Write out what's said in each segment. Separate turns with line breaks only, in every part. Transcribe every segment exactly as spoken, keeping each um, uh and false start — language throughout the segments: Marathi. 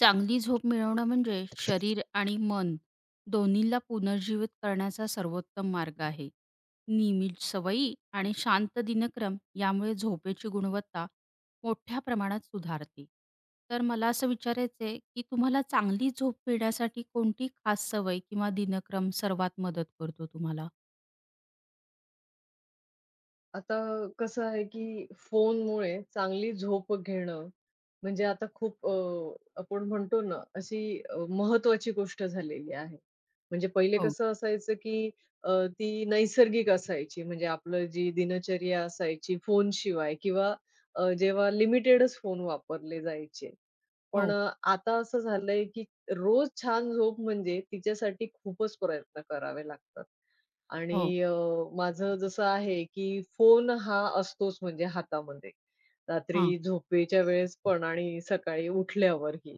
चांगली झोप मिळवणं म्हणजे शरीर आणि मन दोन्हीला पुनर्जीवित करण्याचा सर्वोत्तम मार्ग आहे. नियमित सवयी आणि शांत दिनक्रम यामुळे झोपेची गुणवत्ता मोठ्या प्रमाणात सुधारते. तर मला असं विचारायचं आहे, की तुम्हाला चांगली झोप मिळण्यासाठी कोणती खास सवय किंवा दिनक्रम सर्वात मदत करतो तुम्हाला?
आता कसं आहे, की फोनमुळे चांगली झोप घेणं, म्हणजे आता खूप अ, आपण म्हणतो ना, अशी अ, महत्त्वाची गोष्ट झालेली आहे. म्हणजे पहिले
हो.
कसं असायचं, की अ, ती नैसर्गिक असायची. म्हणजे आपलं जी दिनचर्या असायची फोनशिवाय किंवा अ, जेव्हा लिमिटेडच फोन वापरले जायचे.
हो,
पण
हो.
अ, आता असं झालंय, की रोज छान झोप म्हणजे तिच्यासाठी खूपच प्रयत्न करावे लागतात. आणि
हो.
अ, माझं जसं आहे, की फोन हा असतोच म्हणजे हातामध्ये.
हां.
रात्री झोपेच्या वेळेस पण आणि सकाळी उठल्यावरही.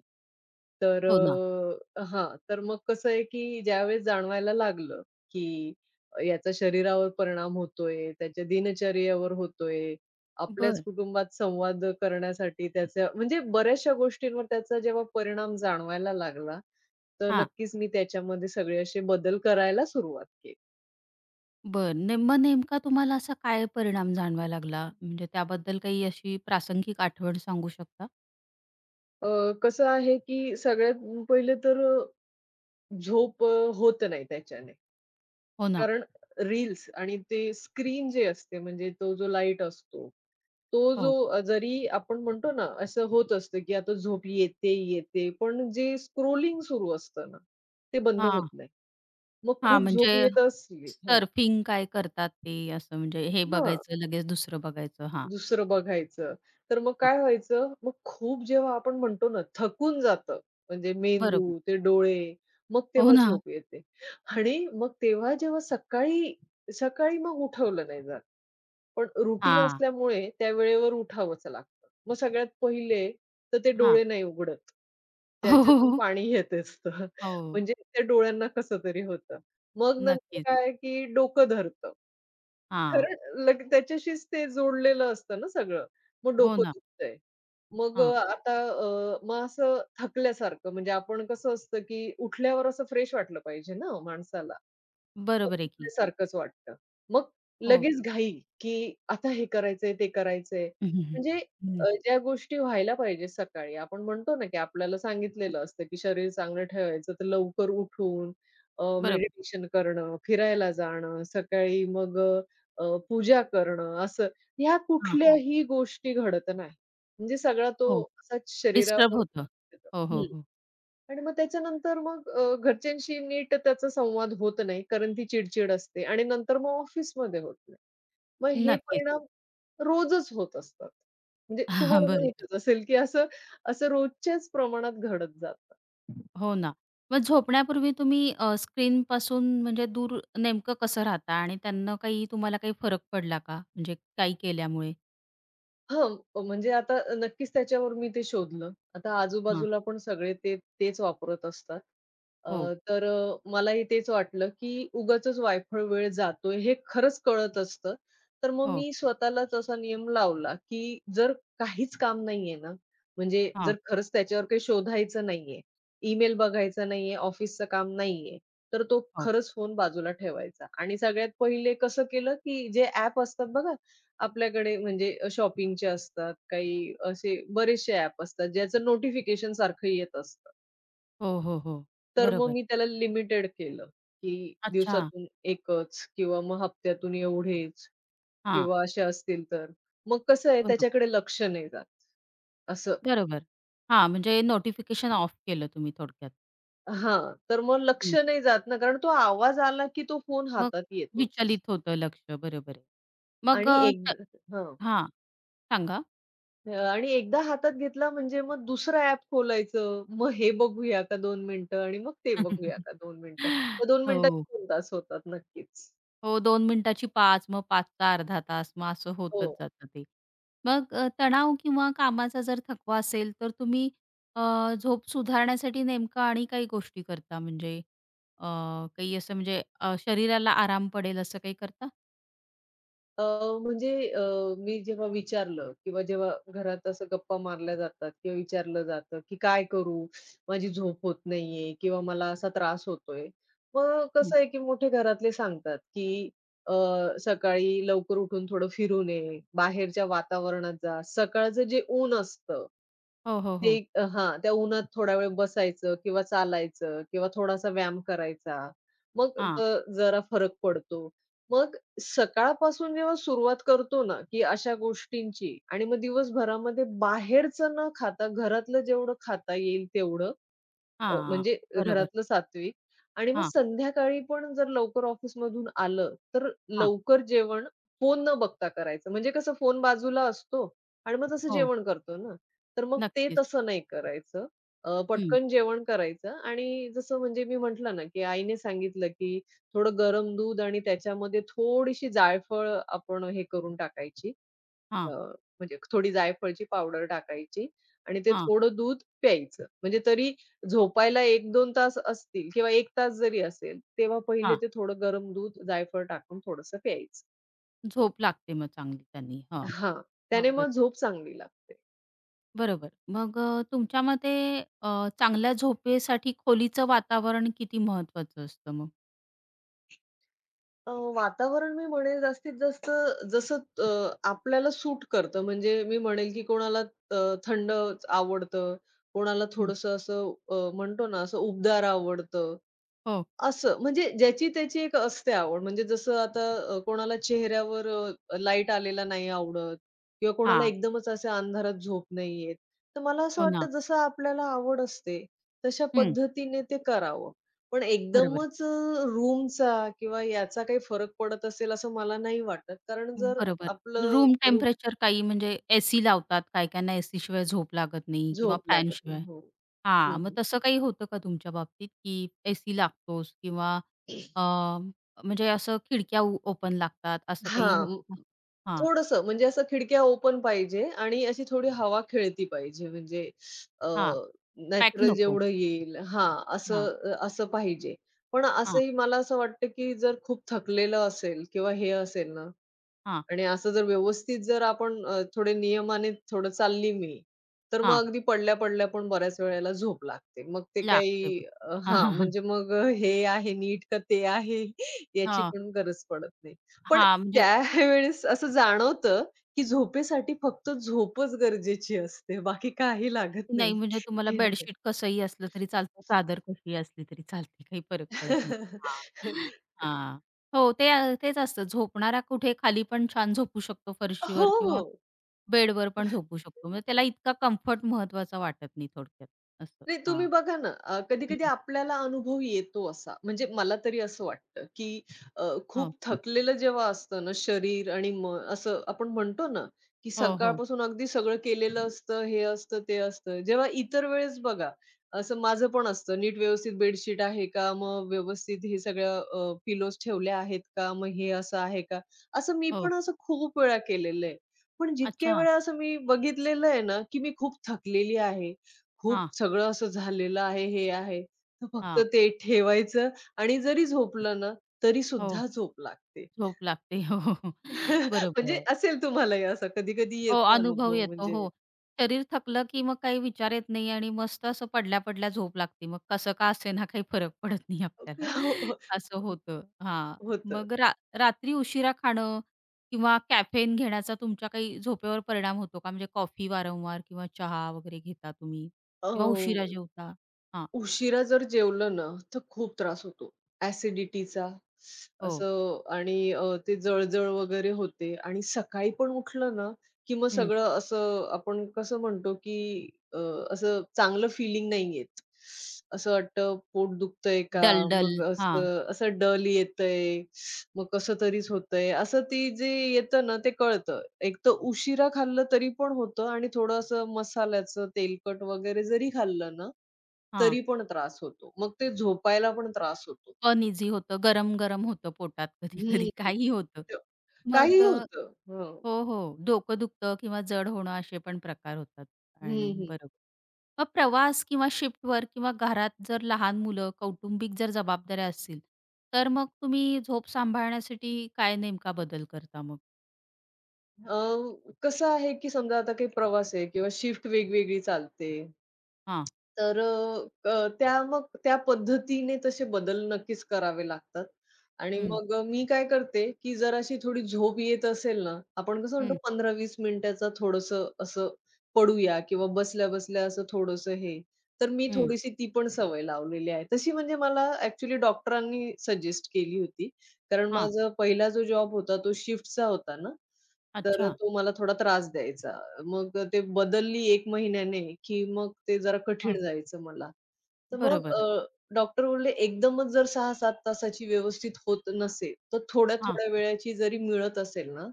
तर
हो ना.
अ, हां, तर मग कसं आहे, की ज्यावेळेस जाणवायला लागलं, की याचा शरीरावर परिणाम होतोय, त्याच्या दिनचर्येवर होतोय, आपल्याच
बरं.
कुटुंबात संवाद करण्यासाठी त्याचा म्हणजे बऱ्याचशा गोष्टींवर त्याचा जेव्हा परिणाम जाणवायला लागला, तर नक्कीच मी त्याच्यामध्ये सगळे असे बदल करायला सुरुवात केली.
बरं. ने मग नेमका तुम्हाला असा काय परिणाम जाणवायला लागला? म्हणजे त्याबद्दल काही अशी प्रासंगिक आठवण सांगू शकता?
अ, कसं आहे, की सगळ्यात पहिले तर अ, झोप अ, होत नाही त्याच्याने.
हो ना.
कारण रील्स आणि ते स्क्रीन जे असते म्हणजे तो जो लाईट असतो, तो जो
हो.
अ, जरी आपण म्हणतो ना, असं होत असतं, की आता झोप येते, येते. पण जे स्क्रोलिंग सुरू असतं ना, ते बंद होत
हां.
नाही. मग
हां,
खूप
म्हणजे
झोप येत असली हां.
सर्फिंग काय करतात ते असं म्हणजे हे बघायचं लगेच दुसरं बघायचं. हां,
दुसरं बघायचं. तर मग
हां.
काय व्हायचं, मग खूप जेव्हा आपण म्हणतो ना, थकून जातं. म्हणजे
बरोबर.
मेंदू, ते डोळे, मग
हो
तेव्हा
ना.
झोप येते आणि मग तेव्हा जेव्हा सकाळी सकाळी मग उठवलं नाही जात. पण रुटीन
हां,
असल्यामुळे त्या वेळेवर उठावंच लागतं. मग सगळ्यात पहिले तर ते
हां.
डोळे नाही उघडत.
हो, हो,
त्याच्यातून
हो.
पाणी येत असतं.
हो.
म्हणजे त्या डोळ्यांना कसं तरी होतं. मग नंतर
नक्कीच.
काय की डोकं धरतं.
हां.
कारण लग त्याच्याशीच ते जोडलेलं असतं ना सगळं. मग
हो
डोकं
ना.
दुखतंय. मग
हां.
अ, आता अ, मग असं थकल्यासारखं म्हणजे आपण कसं असतं की उठल्यावर असं फ्रेश वाटलं पाहिजे ना माणसाला.
बरोबर आहे की.
सारखंच वाटतं. मग
हो.
लगेच घाई, की आता हे करायचंय, ते करायचंय.
हं, हं, हं.
म्हणजे
हं.
अ, ज्या गोष्टी व्हायला पाहिजे सकाळी आपण म्हणतो ना, की आपल्याला सांगितलेलं असतं, की शरीर चांगलं ठेवायचं तर लवकर उठून अ,
बरोबर.
मेडिटेशन करणं, फिरायला जाणं, सकाळी मग अ, पूजा करणं असं. ह्या
हां.
कुठल्याही गोष्टी घडत नाही. म्हणजे सगळा तो
हो.
असाच
डिस्टर्ब
शरीरावर
होतं. हो, हो, हो.
आणि मग त्याच्यानंतर मग अ, घरच्यांशी नीट त्याचा संवाद होत नाही, कारण ती चिड-चिड असते आणि नंतर मग ऑफिसमध्ये होत नाही. मग हे
नक्कीच.
परिणाम रोजच होत असतात. म्हणजे तुम्हाला पण
बरोबर.
माहीतच असेल, की असं असं रोजच्याच प्रमाणात घडत जातं.
हो ना. मग झोपण्यापूर्वी तुम्ही अ, स्क्रीनपासून म्हणजे दूर नेमकं कसं राहता आणि त्यांना काही तुम्हाला काही फरक पडला का? म्हणजे काही केल्यामुळे?
हां, म्हणजे आता नक्कीच त्याच्यावर मी ते शोधलं. आता
हां.
आजूबाजूला पण सगळे ते तेच वापरत असतात. अ,
हो,
तर अ, मलाही तेच वाटलं, की उगाचच वायफळ वेळ जातोय हे खरंच कळत असतं. तर मग
हो.
मी स्वतःलाच असा नियम लावला, की जर काहीच काम नाहीये ना, म्हणजे
हां.
जर खरंच त्याच्यावर काही शोधायचं नाहीये, ईमेल बघायचा नाहीये, ऑफिसचं काम नाहीये, तर तो
हो.
खरंच फोन बाजूला ठेवायचा आणि सगळ्यात पहिले कसं केलं, की जे ॲप असतात बघा आपल्याकडे म्हणजे शॉपिंगचे असतात, काही असे बरेचसे ॲप असतात, ज्याचं नोटिफिकेशन सारखं येत असतं.
हो, हो, हो.
तर मग
बरोबर.
मी त्याला लिमिटेड केलं, की
अच्छा.
दिवसातून एकच किंवा मग हप्त्यातून एवढेच
हां.
किंवा असे असतील तर. मग कसं आहे
बरोबर.
त्याच्याकडे लक्ष नाही जात. असं
बरोबर. हां, म्हणजे नोटिफिकेशन ऑफ केलं तुम्ही थोडक्यात.
हां, तर मग
हं.
लक्ष नाही जात ना, कारण तो आवाज आला की तो फोन
मग
हातात येतोच
विचलित होतं लक्ष. बरोबर आहे. मग
आणि
अ, त
एकदा
हां. सांगा.
आणि एकदा हातात घेतला म्हणजे मग दुसरा ॲप खोलायचं. मग हे बघूया का दोन मिनिटं आणि मग ते बघूया का दोन मिनिटं. तर दोन मिनिटात
हो.
दोन तास होतात नक्कीच.
हो, दोन मिनिटाची पाच, मग पाचचा अर्धा तास, मग असं
हो.
होतच जातं ते. मग अ, तणाव किंवा कामाचा जर थकवा असेल, तर तुम्ही अ, झोप सुधारण्यासाठी नेमकं आणि काही गोष्टी करता? म्हणजे अ, काही असं म्हणजे अ, शरीराला आराम पडेल असं काही करता?
अ, म्हणजे अ, मी जेव्हा विचारलं किंवा जेव्हा घरात असं गप्पा मारल्या जातात किंवा विचारलं जातं, की "काय करू? माझी झोप होत नाहीये किंवा मला असा त्रास होतोय." मग
हं.
कसं आहे, की मोठे घरातले सांगतात, की अ, सकाळी लवकर उठून थोडं फिरून ये, बाहेरच्या वातावरणात जा. सकाळचं जे ऊन असतं,
हो, हो,
ते
हो.
हां, त्या उन्हात थोडा वेळ बसायचं किंवा चालायचं किंवा थोडासा व्यायाम करायचा. मग
हां,
अ, जरा फरक पडतो. मग सकाळपासून जेव्हा सुरुवात करतो ना, की अशा गोष्टींची आणि मग दिवसभरामध्ये बाहेरचं न खाता घरातलं जेवढं खाता येईल तेवढं, अ,
हां.
म्हणजे
बरोबर.
घरातलं सात्विक आणि मग
हां,
संध्याकाळी पण जर लवकर ऑफिस मधून आलं, तर
हां.
लवकर जेवण फोन न बघता करायचं. म्हणजे कसं फोन बाजूला असतो आणि मग तसं
हो,
जेवण करतो ना. तर मग ते
नक्कीच.
तसं नाही करायचं. अ,
हं.
पटकन जेवण करायचं आणि जसं म्हणजे मी म्हटलं ना, की आईने सांगितलं, की थोडं गरम दूध आणि त्याच्यामध्ये थोडीशी जायफळ आपण हे करून टाकायची
हां,
अ, म्हणजे थोडी जायफळची पावडर टाकायची आणि ते
हां,
थोडं दूध प्यायचं. म्हणजे तरी झोपायला एक दोन तास असतील किंवा एक तास जरी असेल, तेव्हा पहिले
हां.
ते थोडं गरम दूध जायफळ टाकून थोडंसं प्यायचं.
झोप लागते मग चांगली त्यांनी. हां,
हां,
हां.
त्याने
बरोबर.
मग झोप चांगली लागते.
बरोबर. मग अ, तुमच्या मते अ, चांगल्या झोपेसाठी खोलीचं वातावरण किती महत्वाचं असतं मग?
अ, वातावरण मी म्हणेल जास्तीत जास्त जसं अ, आपल्याला सूट करतं. म्हणजे मी म्हणेल की कोणाला अ, थंड आवडतं, कोणाला
हं.
थोडंसं असं अ, म्हणतो ना, असं उबदार आवडतं.
हो.
असं, म्हणजे ज्याची त्याची एक असते आवड. म्हणजे जसं आता अ, कोणाला चेहऱ्यावर अ, लाईट आलेला नाही आवडत किंवा कोणाला
हां.
एकदमच अशा अंधारात झोप नाही येत. तर मला असं
हो ना.
वाटतं जसं आपल्याला आवड असते, तशा
हं.
पद्धतीने ते करावं. पण
बरोबर.
एकदमच अ, रूमचा किंवा याचा काही फरक पडत असेल असं मला नाही वाटत. कारण जर
बरोबर.
आपलं
रूम
रूट
टेम्परेचर काही म्हणजे एसी लावतात. काही काहींना एसीशिवाय झोप लागत नाही किंवा
झोप लागत
फॅनशिवाय.
नाही. हो.
हां.
हं,
मग
हं.
तसं काही होतं का तुमच्या बाबतीत, की एसी लागतोच किंवा अ, म्हणजे असं खिडक्या ओ ओपन लागतात असं काही होतं का? हां,
थोडंसं म्हणजे असं खिडक्या ओपन पाहिजे आणि अशी थोडी हवा खेळती पाहिजे म्हणजे अ,
हां. पॅक
नॅचरल
नको.
जेवढं येईल हां,
हां,
असं असं पाहिजे. पण
हां,
असंही मला असं वाटतं, की जर खूप थकलेलं असेल किंवा हे असेल ना,
हां,
आणि असं जर व्यवस्थित जर आपण अ, थोडे नियमाने थोडं चालली मी, तर मग
हां.
अगदी पडल्या-पडल्या पण बऱ्याच वेळेला झोप लागते. मग ते
लागते.
काही अ,
हां,
हां,
हां, हां.
म्हणजे मग अ, हे आहे नीट का ते आहे याची
हां,
पण गरज पडत नाही. पण
हां, म्हणजे
त्यावेळेस असं जाणवतं, की झोपेसाठी फक्त झोपच गरजेची असते. बाकी काही लागत
नाही
नाही.
म्हणजे तुम्हाला
हे नाही का.
बेडशीट कसंही असलं तरी चालतं, चादर कशीही असली तरी चालते, काही फरक पडत नाही. हां, हां. हो, ते तेच असतं. झोपणारा कुठे खाली पण छान झोपू शकतो
हो,
फरशीवर किंवा
हो.
बेडवर पण झोपू शकतो. म्हणजे त्याला इतका कम्फर्ट महत्वाचा वाटत नाही थोडक्यात असं.
नाही तुम्ही
हां.
बघा ना, अ, कधी-कधी
हं.
आपल्याला अनुभव येतो असा, म्हणजे मला तरी असं वाटतं, की अ, खूप
हो,
हं. थकलेलं जेव्हा असतं ना शरीर आणि मन असं आपण म्हणतो ना, की
हो, हो,
सकाळपासून अगदी सगळं केलेलं असतं, हे असतं, ते असतं. जेव्हा इतर वेळेस बघा, असं माझं पण असतं, नीट व्यवस्थित बेडशीट आहे का? मग व्यवस्थित हे सगळं पिलोज ठेवल्या आहेत का? मग हे असं आहे का? असं मी
हो.
पण असं खूप वेळा केलेलं आहे. पण जितक्या
अच्छा.
वेळा असं मी बघितलेलं आहे ना, की मी खूप थकलेली आहे खूप
हां,
सगळं असं झालेलं आहे, हे आहे. तर फक्त
हां.
ते ठेवायचं आणि जरी झोपलं ना, तरी
हो,
सुद्धा झोप लागते.
झोप लागते. हो, हो, हो. बरोबर
म्हणजे
आहे.
असेल तुम्हालाही असा कधी-कधी
हो,
येतो
अनुभव
अनुभव
येतो.
म्हणजे
हो. शरीर थकलं की मग काही विचार येत नाही आणि मस्त असं पडल्या-पडल्या झोप लागते. मग कसं का असेना काही फरक पडत नाही आपल्याला.
हो, हो.
असं
हो,
होतं. हां.
होतं.
मग रा रात्री उशिरा खाणं किंवा कॅफेन घेण्याचा तुमच्या काही झोपेवर परिणाम होतो का? म्हणजे कॉफी वारंवार किंवा चहा वगैरे घेता तुम्ही किंवा उशिरा जेवता? हां,
उशिरा जर जेवलं ना, तर खूप
हां.
त्रास होतो. ॲसिडिटीचा
हो.
असं आणि अ, ते जळजळ वगैरे होते आणि सकाळी पण उठलं ना, की मग
हं.
सगळं असं आपण कसं म्हणतो, की अ, असं चांगलं फीलिंग नाही येत. असं वाटतं पोट दुखतंय का?
डल-डल.
मग
हां,
असं असं डल येतंय, मग कसं तरीच होतंय. असं ती जे येतं ना, ते कळतं. एक तर उशिरा खाल्लं तरी पण होतं आणि थोडं असं मसाल्याचं तेलकट वगैरे जरी खाल्लं ना
हां.
तरी पण त्रास होतो. मग ते झोपायला पण त्रास होतो.
अनईझी होतं. गरम-गरम होतं पोटात कधी-कधी.
हं.
काही होतं. मग
काहीही बरोबर. होतं. हं.
हो, हो. डोकं दुखतं किंवा जड होणं असे पण प्रकार होतात आणि
हं, हं.
बरोबर. मग प्रवास किंवा शिफ्टवर किंवा घरात जर लहान मुलं, कौटुंबिक जर जबाबदाऱ्या असतील, तर मग तुम्ही झोप सांभाळण्यासाठी काय नेमका बदल करता मग?
अ, कसं आहे, की समजा आता काही प्रवास आहे किंवा शिफ्ट वेगवेगळी चालते.
हां.
तर अ, अ, त्या मग त्या पद्धतीने तसे बदल नक्कीच करावे लागतात. आणि
हं,
मग मी काय करते, की जर अशी थोडी झोप येत असेल ना, आपण कसं म्हणतो
हं,
पंधरा ते वीस मिनिटाचा थोडंसं असं पडूया किंवा बसल्या-बसल्या असं थोडंसं हे, तर मी
हं.
थोडीशी ती पण सवय लावलेली आहे. तशी म्हणजे मला ॲक्चुअली डॉक्टरांनी सजेस्ट केली होती. कारण
हां.
माझा पहिला जो जॉब होता तो शिफ्टचा होता ना. तर
अच्छा.
तो मला थोडा त्रास द्यायचा. मग ते बदलली एका महिन्याने, की मग ते जरा
हां.
कठीण जायचं मला. तर मग
बरोबर.
अ, डॉक्टर बोलले, "एकदमच जर सहा सात तासाची व्यवस्थित होत नसेल, तर
हां,
थोड्या-थोड्या वेळाची जरी मिळत असेल ना,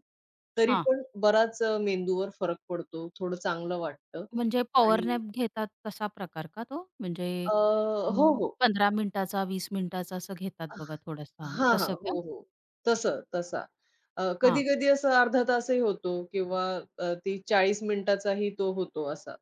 तरी
हां.
पण बराच अ, मेंदूवर फरक पडतो, थोडं चांगलं वाटतं."
म्हणजे पॉवर
आणि
नॅप घेतात तसा प्रकार का तो? म्हणजे
अ, हो,
अं,
हो.
पंधरा मिनिटाचा, वीस मिनिटाचा असं घेतात बघा थोडासा,
हां, हां.
तसं का?
हो, हो. तसं, तसा. कधी-कधी असं अर्धा तासही होतो किंवा अ, ती चाळीस मिनिटाचाही तो होतो असा.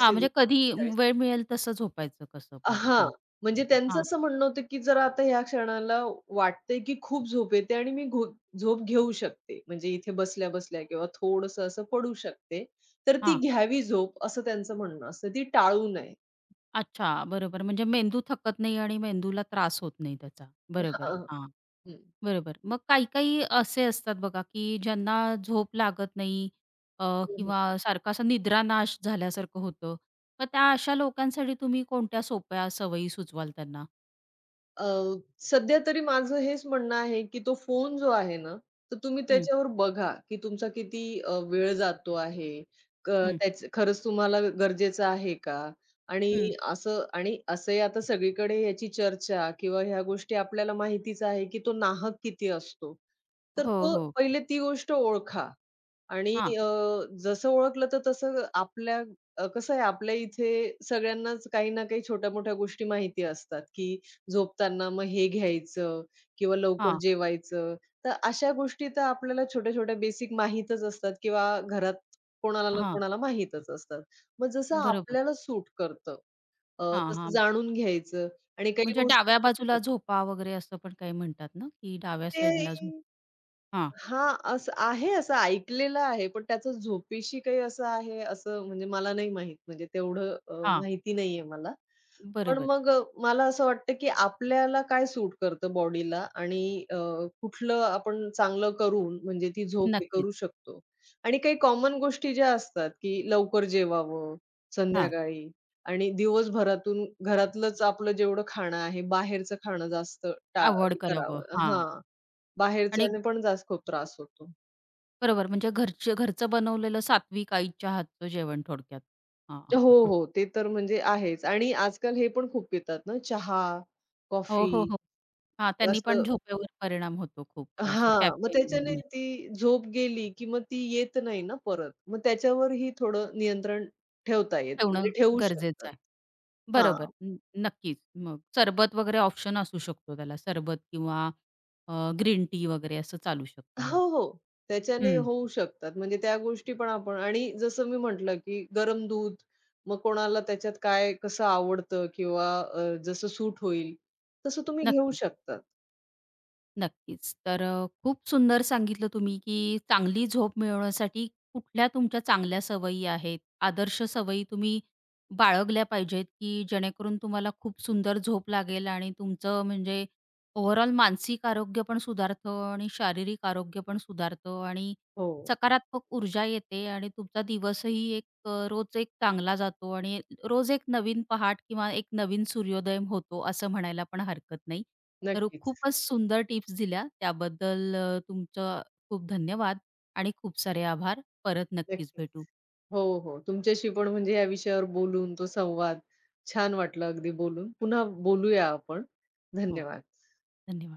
हां, म्हणजे कधी
जास्त चाळीस
वेळ मिळेल तसं झोपायचं कसं पण?
हां,
हां.
म्हणजे त्यांचं
हां,
असं म्हणणं होतं, की जर आता ह्या क्षणाला वाटतंय, की खूप झोप येते आणि मी घो झोप घेऊ शकते. म्हणजे इथे बसल्या-बसल्या किंवा थोडंसं असं पडू शकते. तर
हां.
ती घ्यावी झोप असं त्यांचं म्हणणं असतं. ती टाळू नये.
अच्छा, बरोबर. म्हणजे मेंदू थकत नाही आणि मेंदूला त्रास होत नाही त्याचा. बरोबर.
हां.
हां,
हं.
बरोबर. मग काही-काही असे असतात बघा, की ज्यांना झोप लागत नाही अ, किंवा सारखा असा निद्रानाश झाल्यासारखं होतं. मग त्या अशा लोकांसाठी तुम्ही कोणत्या सोप्या सवयी सुचवाल त्यांना?
अ, सध्या तरी माझं हेच म्हणणं आहे, की तो फोन जो आहे ना, तर तुम्ही
हं,
त्याच्यावर बघा, की तुमचा किती अ, वेळ जातो आहे. क
हं,
त्याच खरंच तुम्हाला गरजेचं आहे का? आणि
हं.
असं आणि असंही आता सगळीकडे याची चर्चा किंवा ह्या गोष्टी आपल्याला माहितीच आहे, की तो नाहक किती असतो. तर
हो,
तो
हो.
पहिले ती गोष्ट ओळखा. आणि
हां,
अ, जसं ओळखलं तर तसं आपल्या अ, कसं आहे आपल्या इथे सगळ्यांनाच काही ना काही छोट्या-मोठ्या गोष्टी माहिती असतात, की झोपताना मग हे घ्यायचं किंवा लवकर
हां,
जेवायचं. तर अशा गोष्टी तर आपल्याला छोट्या-छोट्या बेसिक माहीतच असतात किंवा घरात कोणाला ना
हां.
कोणाला माहीतच असतात. मग जसं
बरोबर.
आपल्याला सूट करतं, अ,
हां,
तसं
हां.
जाणून घ्यायचं आणि काही
म्हणजे
गोष्टी
डाव्या बाजूला झोपा वगैरे असं पण काही म्हणतात ना, की डाव्या
ते
साइडला झोप हां,
हां, असं आहे, असं ऐकलेलं आहे. पण त्याचं झोपेशी काही असं आहे, असं म्हणजे मला नाही माहीत. म्हणजे तेवढं अ,
हां.
माहिती नाहीये मला. पण
बरोबर.
मग अ, मला असं वाटतं, की आपल्याला काय सूट करतं बॉडीला आणि अ, कुठलं आपण चांगलं करून म्हणजे ती झोप हे
नक्कीच.
करू शकतो. आणि काही कॉमन गोष्टी ज्या असतात, की लवकर जेवावं
हां.
संध्याकाळी आणि दिवसभरातून घरातलंच आपलं जेवढं खाणं आहे, बाहेरचं खाणं जास्त टाळ
अव्हॉइड
हे
करावं.
करावं.
हां.
हां.
आणि
बाहेरच्याने पण जास्त खूप त्रास होतो.
बरोबर म्हणजे घरचे घरचं बनवलेलं सात्विक आईच्या हातचं जेवण थोडक्यात. हां.
हो, हो. ते तर म्हणजे आहेच आणि आजकाल हे पण खूप पितात ना चहा,
हो, हो,
कॉफी
हो. हां, त्यांनी पण
असं
झोपेवर परिणाम होतो खूप असं
हां, मग त्याच्याने
कॅफेन
ती झोप गेली, की मग ती येत नाही ना परत. मग त्याच्यावरही थोडं नियंत्रण ठेवता येतं
ठेवणं
म्हणजे ठेवू
गरजेचं
शकतात.
आहे. बरोबर.
हां.
न नक्कीच. मग सरबत वगैरे ऑप्शन असू शकतो त्याला. सरबत किंवा ग्रीन टी वगैरे असं चालू शकतं
हो,
म्हणा.
हो. त्याच्याने
हं.
होऊ शकतात म्हणजे त्या गोष्टी पण आपण आणि जसं मी म्हटलं, की गरम दूध मग कोणाला त्याच्यात काय कसं आवडतं किंवा अ, जसं सूट होईल तसं तुम्ही घेऊ
नक्कीच.
शकतात.
नक्कीच. तर अ, खूप सुंदर सांगितलं तुम्ही, की चांगली झोप मिळवण्यासाठी कुठल्या तुमच्या चांगल्या सवयी आहेत, आदर्श सवयी तुम्ही बाळगल्या पाहिजेत, की जेणेकरून तुम्हाला खूप सुंदर झोप लागेल आणि तुमचं म्हणजे ओव्हरऑल मानसिक आरोग्य पण सुधारतं आणि शारीरिक आरोग्य पण सुधारतं आणि
हो,
सकारात्मक ऊर्जा येते आणि तुमचा दिवसही एक अ, रोज एक चांगला जातो आणि रोज एक नवीन पहाट किंवा एक नवीन सूर्योदय होतो असं म्हणायला पण हरकत नाही. तर
नक्कीच,
खूपच सुंदर टिप्स दिल्या त्याबद्दल अ, तुमचं खूप धन्यवाद आणि खूप सारे आभार. परत नक्कीच
नक्कीच.
भेटू.
हो, हो. तुमच्याशी पण म्हणजे या विषयावर बोलून तो संवाद छान वाटला अगदी बोलून. पुन्हा बोलूया आपण.
हो.
धन्यवाद.
धन्यवाद.